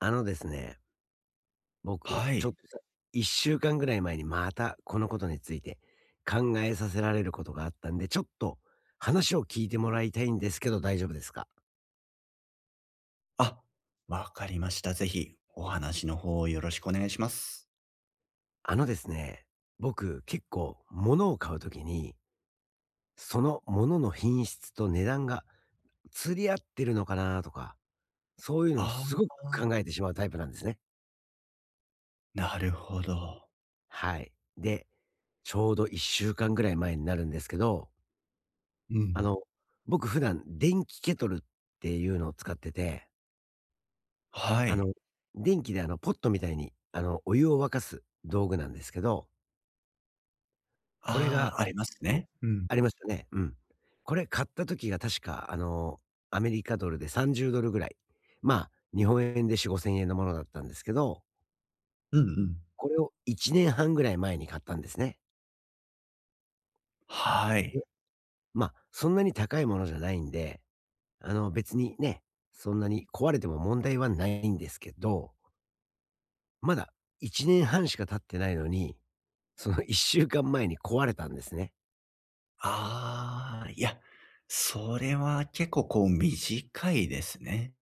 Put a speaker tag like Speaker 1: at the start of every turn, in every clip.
Speaker 1: あのですね、僕、
Speaker 2: は
Speaker 1: ちょっ
Speaker 2: い。
Speaker 1: とさ1週間ぐらい前にまたこのことについて考えさせられることがあったんで、ちょっと話を聞いてもらいたいんですけど大丈夫ですか？
Speaker 2: あ、わかりました。ぜひお話の方をよろしくお願いします。
Speaker 1: あのですね、僕結構物を買うときに、その物の品質と値段が釣り合ってるのかなとか、そういうのを
Speaker 2: あ
Speaker 1: すごく
Speaker 2: あ、
Speaker 1: 考えてしまうタイプなんですね。
Speaker 2: なるほど。
Speaker 1: はい。で、ちょうど1週間ぐらい前になるんですけど、
Speaker 2: う
Speaker 1: あ
Speaker 2: ん。
Speaker 1: の、僕普段電気ケトルっていうのを使ってて、
Speaker 2: は
Speaker 1: あ
Speaker 2: い。
Speaker 1: の、電気でポットみたいに、お湯を沸かす道具なんですけど、これが、
Speaker 2: ああ、あります
Speaker 1: と
Speaker 2: ね。うん。
Speaker 1: ありましたね。うん。これ買った時が確か、アメリカドルで $30 ぐらい。まあ、日本円で4、5千円のものだったんですけど、
Speaker 2: うんうん。
Speaker 1: これを1年半ぐらい前に買ったんですね。
Speaker 2: はい。
Speaker 1: で、まあ、そんなに高いものじゃないんで、別にね、そんなに壊れても問題はないんですけどまだ1年半しか経ってないのに、その1週間前に壊れたんですね。
Speaker 2: ああ、いや、それは結構こう短いですね。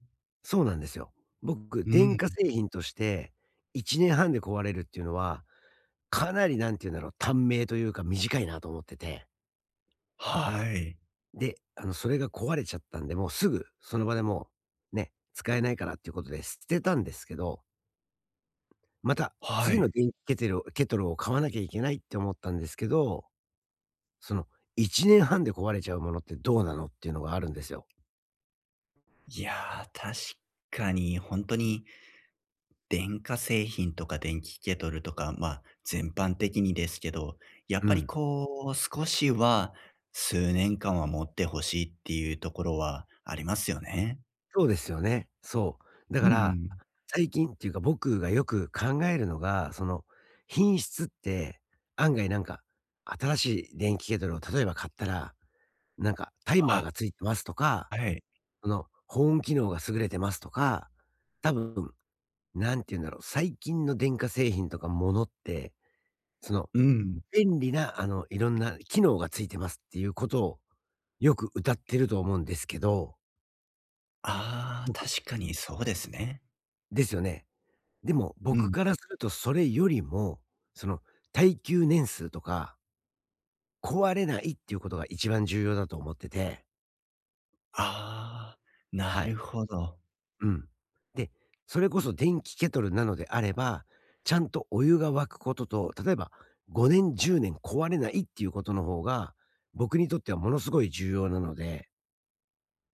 Speaker 1: そうなんですよ。僕、
Speaker 2: う
Speaker 1: 電
Speaker 2: ん。
Speaker 1: 化製品として1年半で壊れるっていうのは、かなりなんて言うんだろう、短命というか短いなと思ってて。
Speaker 2: はい。
Speaker 1: で、それが壊れちゃったんで、もうすぐその場でもう、ね、使えないからっていうことで捨てたんですけど、また
Speaker 2: は
Speaker 1: 次の
Speaker 2: い。
Speaker 1: 電気ケテルをケトルを買わなきゃいけないって思ったんですけど、その1年半で壊れちゃうものってどうなのっていうのがあるんですよ。
Speaker 2: いやー、確かに本当に電化製品とか電気ケトルとか、まあ、全般的にですけど、やっ
Speaker 1: う
Speaker 2: ぱり
Speaker 1: ん。
Speaker 2: こう、少しは数年間は持ってほしいっていうところはありますよね。
Speaker 1: そうですよね。そう。だ
Speaker 2: う
Speaker 1: から、
Speaker 2: ん
Speaker 1: 最近っていうか僕がよく考えるのが、その、品質って案外なんか、新しい電気ケトルを例えば買ったら、なんかタイマー
Speaker 2: は、
Speaker 1: がついてますとか、
Speaker 2: はい。
Speaker 1: その、保温機能が優れてますとか、多分、何て言うんだろう、最近の電化製品とかものって、その、
Speaker 2: うん。
Speaker 1: 便利ないろんな機能がついてますっていうことをよく謳ってると思うんですけど、
Speaker 2: ああ、
Speaker 1: 僕
Speaker 2: 確かにそうですね。
Speaker 1: ですよね。でも、
Speaker 2: う
Speaker 1: 僕
Speaker 2: ん。
Speaker 1: からするとそれよりも、その、耐久年数とか、壊れないっていうことが一番重要だと思ってて。
Speaker 2: ああ、な
Speaker 1: は
Speaker 2: る
Speaker 1: い。
Speaker 2: ほど。
Speaker 1: うん。で、それこそ電気ケトルなのであれば、ちゃんとお湯が沸くことと、例えば5年、10年壊れないっていうことの方が、僕にとってはものすごい重要なので、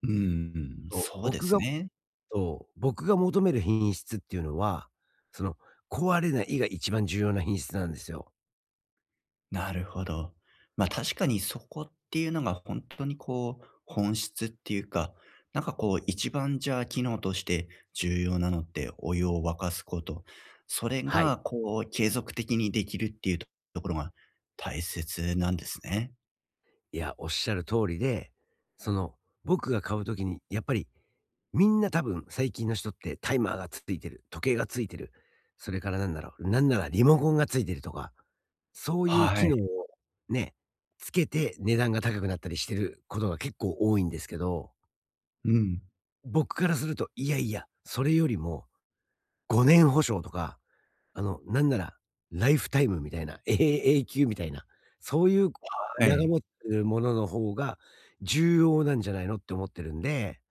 Speaker 2: ううん、
Speaker 1: と
Speaker 2: そうで
Speaker 1: 僕
Speaker 2: す
Speaker 1: が
Speaker 2: ね。
Speaker 1: と僕が求める品質っていうのは、その、壊れないが一番重要な品質なんですよ。
Speaker 2: なるほど。ま、確かにそこっていうのが本当にこう、本質っていうか、なんかこう一番じゃあ機能として重要なのってお湯を沸かすこと。それ
Speaker 1: はい。
Speaker 2: がこう継続的にできるっていうとところが大切なんですね。
Speaker 1: いや、おっしゃる通りで、その、僕が買う時にやっぱり、みんな多分最近の人ってタイマーがついてる、時計がついてる、それからなんだろう、なんならリモコンがついてるとか、そういう
Speaker 2: は
Speaker 1: 機
Speaker 2: い。
Speaker 1: 能をね、つけて値段が高くなったりしてることが結構多いんですけど、
Speaker 2: うん。
Speaker 1: 僕からすると、いやいや、それよりも5年保証とかなんなら、ライフタイムみたいな、ええ永久みたいな、そういう
Speaker 2: は
Speaker 1: 長
Speaker 2: い。
Speaker 1: 持ってるものの方が重要なんじゃないのって思ってるんで、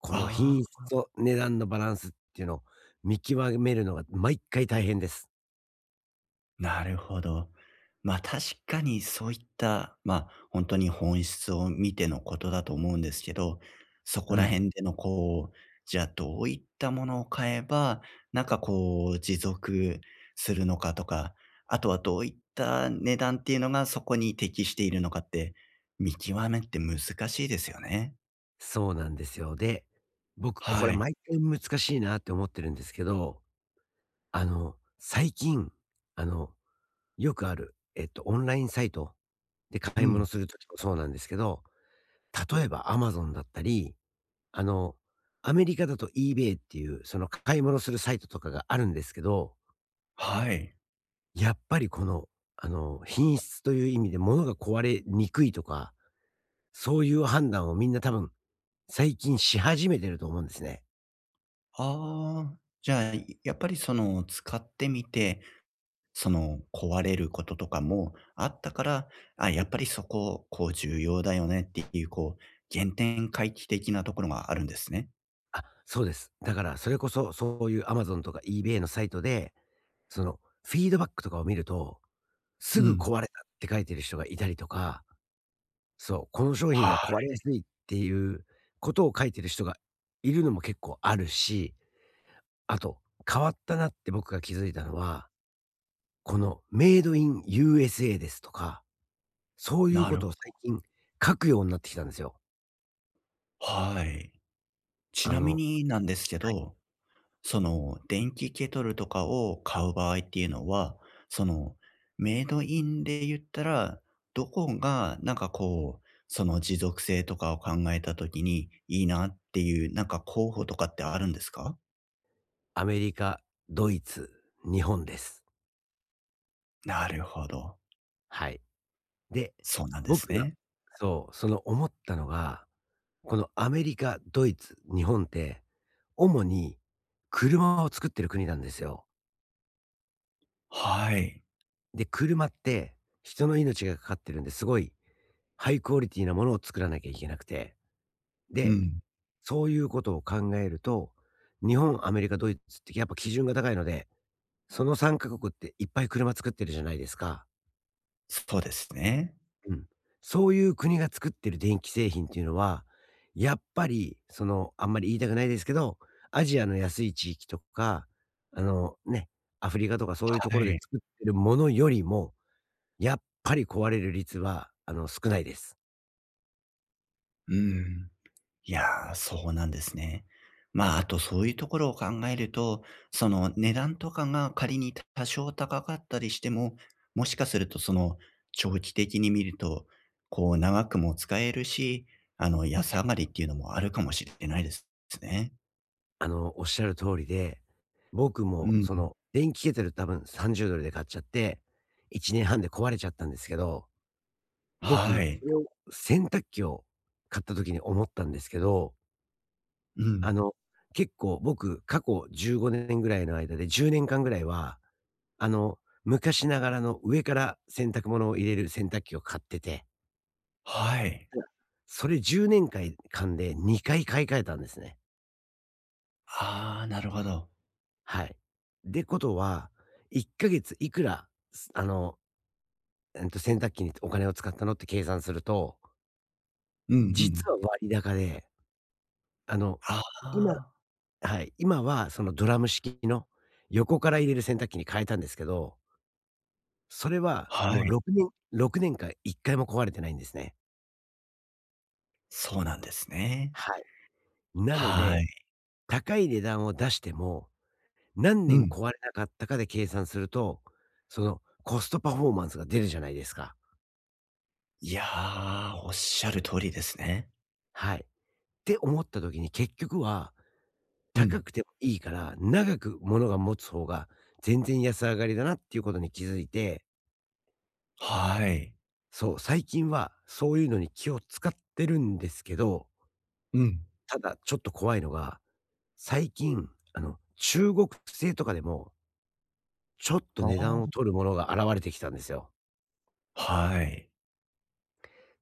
Speaker 1: この
Speaker 2: あ
Speaker 1: 品
Speaker 2: あ。
Speaker 1: 質と値段のバランスっていうのを見極めるのが毎回大変です。
Speaker 2: なるほど。まあ確かにそういった、まあ本当に本質を見てのことだと思うんですけど、そ
Speaker 1: う
Speaker 2: こら
Speaker 1: ん。
Speaker 2: 辺でのこう、じゃあどういったものを買えば、なんかこう持続するのかとか、あとはどういった値段っていうのがそこに適しているのかって見極めって難しいですよね。
Speaker 1: そうなんですよ。で、僕これ
Speaker 2: はい。
Speaker 1: 毎回難しいなって思ってるんですけど、最近、あの、よくある、オンラインサイトで
Speaker 2: う
Speaker 1: 買い物
Speaker 2: ん。
Speaker 1: する時もそうなんですけど、例えば Amazon だったり、あの、アメリカだと eBay っていう、その買い物するサイトとかがあるんですけど、
Speaker 2: はい。
Speaker 1: やっぱりこの、品質という意味で物が壊れにくいとか、そういう判断をみんな多分最近し始めてると思うんですね。
Speaker 2: ああ、じゃあやっぱりその使ってみて、その、壊れることとかもあったから、あ、やっぱりそこ、こう重要だよねっていう、こう、原点回帰的なところがあるんですね。
Speaker 1: あ、そうです。だからそれこそそういう Amazon とか eBay のサイトで、そのフィードバックとかを見ると、す
Speaker 2: う
Speaker 1: ぐ
Speaker 2: ん。
Speaker 1: 壊れたって書いてる人がいたりとか、そう、この商品
Speaker 2: は
Speaker 1: は
Speaker 2: い。
Speaker 1: 壊れやすいっていうことを書いてる人がいるのも結構あるし、あと、変わったなって僕が気づいたのは、このメイドイン USA ですとか、そういう
Speaker 2: な
Speaker 1: こ
Speaker 2: る、
Speaker 1: とを最近書くようになってきたんですよ。
Speaker 2: はい。ち
Speaker 1: あ
Speaker 2: な
Speaker 1: の、
Speaker 2: みになんですけ
Speaker 1: はい。
Speaker 2: ど、その、電気ケトルとかを買う場合っていうのは、その、メイドインで言ったら、どこがなんかこう、その持続性とかを考えた時にいいなっていう、なんか候補とかってあるんですか？
Speaker 1: アメリカ、ドイツ、日本です。
Speaker 2: なるほど。
Speaker 1: はい。で、
Speaker 2: そうなんです
Speaker 1: 僕が
Speaker 2: ね。
Speaker 1: そう、その思ったのが、このアメリカ、ドイツ、日本って、主に車を作ってる国なんですよ。
Speaker 2: はい。
Speaker 1: で、車って人の命がかかってるんで、すごいハイクオリティなものを作らなきゃいけなくて、
Speaker 2: う
Speaker 1: で、
Speaker 2: ん。
Speaker 1: そういうことを考えると、日本、アメリカ、ドイツってやっぱ基準が高いので、その3カ国っていっぱい車作ってるじゃないですか。
Speaker 2: そうですね。
Speaker 1: うん。そういう国が作ってる電気製品っていうのは、やっぱり、その、あんまり言いたくないですけど、アジアの安い地域とか、あの、ね、アフリカとかそういうとこ
Speaker 2: は
Speaker 1: ろで
Speaker 2: い。
Speaker 1: 作ってるものよりも、やっぱり壊れる率は、少ないです。
Speaker 2: うん。いやー、そうなんですね。まあ、あとそういうところを考えると、その値段とかが仮に多少高かったりしても、もしかするとその長期的に見ると、こう長くも使えるし、あの安上がりっていうのもあるかもしれないですね。
Speaker 1: おっしゃる通りで、僕も
Speaker 2: うん。
Speaker 1: その、電気ケトル多分 $30 で買っちゃって、1年半で壊れちゃったんですけど、
Speaker 2: は
Speaker 1: 僕、
Speaker 2: い。
Speaker 1: それを洗濯機を買った時に思ったんですけど、
Speaker 2: う
Speaker 1: あ
Speaker 2: ん。
Speaker 1: の、結構僕、過去15年ぐらいの間で10年間ぐらいは、あの、昔ながらの上から洗濯物を入れる洗濯機を買ってて、
Speaker 2: はい。
Speaker 1: それ10年か間で2回買い替えたんですね。
Speaker 2: ああ、なるほど。
Speaker 1: はい。で、ことは、1ヶ月いくら、すあの、えんと、洗濯機にお金を使ったのって計算すると、
Speaker 2: うんうん。
Speaker 1: 実は割高で、あの、
Speaker 2: あ
Speaker 1: 今
Speaker 2: あ。
Speaker 1: はい、今はそのドラム式の横から入れる洗濯機に変えたんですけど、それは
Speaker 2: は
Speaker 1: もう
Speaker 2: い。
Speaker 1: 6年間1回も壊れてないんですね。
Speaker 2: そうなんですね。
Speaker 1: はい。なの
Speaker 2: は
Speaker 1: で、
Speaker 2: い。
Speaker 1: 高い値段を出しても、何
Speaker 2: う
Speaker 1: 年
Speaker 2: ん。
Speaker 1: 壊れなかったかで計算すると、そのコストパフォーマンスが出るじゃないですか。
Speaker 2: いやー、おっしゃる通りですね。
Speaker 1: はい。て思った時に結局は、
Speaker 2: う
Speaker 1: 高
Speaker 2: ん。
Speaker 1: くてもいいから、長く物が持つ方が全然安上がりだなっていうことに気づいて、
Speaker 2: はい。
Speaker 1: そう、最近はそういうのに気を使ってるんですけど、
Speaker 2: うん。
Speaker 1: ただちょっと怖いのが、最近、中国製とかでも、ちょっと
Speaker 2: あ
Speaker 1: 値
Speaker 2: あ、
Speaker 1: 段を取るものが現れてきたんですよ。
Speaker 2: はい。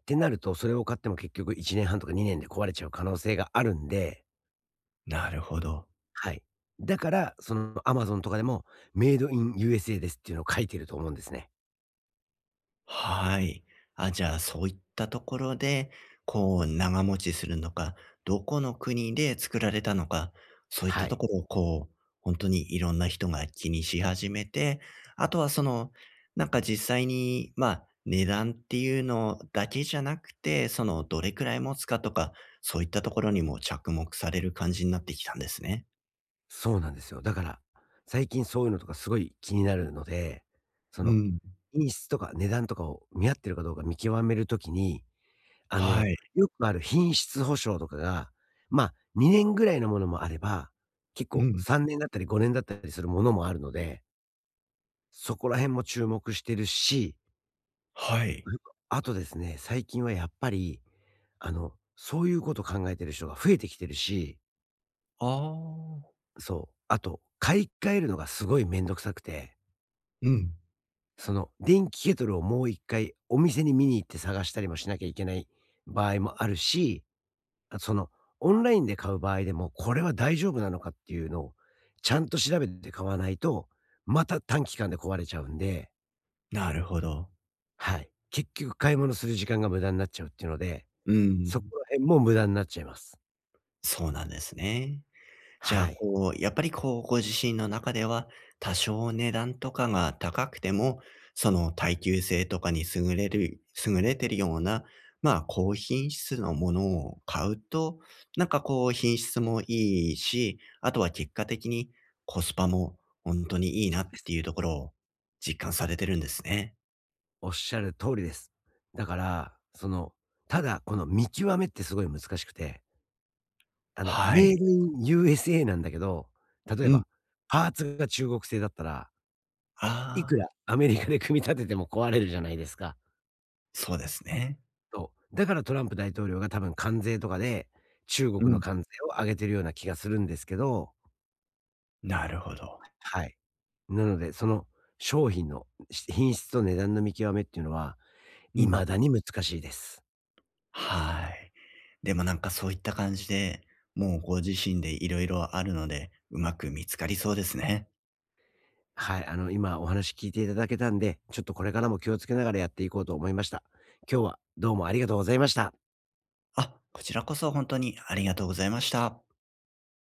Speaker 1: ってなると、それを買っても結局1年半とか2年で壊れちゃう可能性があるんで、
Speaker 2: なるほど。
Speaker 1: はい。だから、その Amazon とかでもメイドイン USA ですっていうのを書いてると思うんですね。
Speaker 2: はい。あ、じゃあ、そういったところで、こう、長持ちするのか、どこの国で作られたのか、そういっ
Speaker 1: は
Speaker 2: たと
Speaker 1: い。
Speaker 2: ころを、こう、本当にいろんな人が気にし始めて、あとはその、なんか実際に、まあ、値段っていうのだけじゃなくて、その、どれくらい持つかとか、そういったところにも着目される感じになってきたんですね。
Speaker 1: そうなんですよ。だから、最近そういうのとかすごい気になるので、そ
Speaker 2: う
Speaker 1: の、
Speaker 2: ん。
Speaker 1: 品質とか値段とかを見合ってるかどうか見極めるときに、あ
Speaker 2: は
Speaker 1: の、
Speaker 2: い。
Speaker 1: よくある品質保証とかが、まあ、2年ぐらいのものもあれば、結
Speaker 2: う
Speaker 1: 構
Speaker 2: ん。
Speaker 1: 3年だったり5年だったりするものもあるので、そこら辺も注目してるし、
Speaker 2: はい。
Speaker 1: あとですね、最近はやっぱり、そういうこと考えてる人が増えてきてるし、
Speaker 2: ああ。
Speaker 1: そう、あと買い替えるのがすごいめんどくさくて
Speaker 2: うん。
Speaker 1: その電気ケトルをもう1回お店に見に行って探したりもしなきゃいけない場合もあるし、あとそのオンラインで買う場合でも、これは大丈夫なのかっていうのをちゃんと調べて買わないと、また短期間で壊れちゃうんで、
Speaker 2: なるほど。
Speaker 1: はい。結局買い物する時間が無駄になっちゃうっていうので、
Speaker 2: う
Speaker 1: そ
Speaker 2: ん。
Speaker 1: こら辺も無駄になっちゃいます。
Speaker 2: そうなんですね。じゃあ、
Speaker 1: はい。
Speaker 2: こう、やっぱりこう、ご自身の中では、多少値段とかが高くても、その耐久性とかに優れる優れてるような、まあ、高品質のものを買うと、なんかこう、品質もいいし、あとは結果的にコスパも本当にいい
Speaker 1: そ
Speaker 2: な
Speaker 1: う
Speaker 2: っ
Speaker 1: で
Speaker 2: て
Speaker 1: す。
Speaker 2: いうところを実感されてるんですね。
Speaker 1: おっしゃる通りです。だから、ただこの見極めってすごい難しくて
Speaker 2: は
Speaker 1: メ
Speaker 2: い。
Speaker 1: イドイン USA なんだけど、例え
Speaker 2: うん。
Speaker 1: ば、パーツが中国製だったら、いく
Speaker 2: あ
Speaker 1: ら
Speaker 2: あ、
Speaker 1: アメリカで組み立てても壊れるじゃないですか。
Speaker 2: そうですね。
Speaker 1: そう。だからトランプ大統領が多分関税とかで、中国
Speaker 2: う
Speaker 1: の
Speaker 2: ん。
Speaker 1: 関税を上げてるような気がするんですけど、
Speaker 2: なるほど。
Speaker 1: はい。なので、その商品の品質と値段の見極めっていうのは、
Speaker 2: うん。
Speaker 1: 未だに難しいです。
Speaker 2: はい。でもなんかそういった感じで、もうご自身でいろいろあるので、うまく見つかりそうですね。
Speaker 1: はい、今お話聞いていただけたんで、ちょっとこれからも気をつけながらやっていこうと思いました。今日はどうもありがとうございました。
Speaker 2: あ、こちらこそ本当にありがとうございました。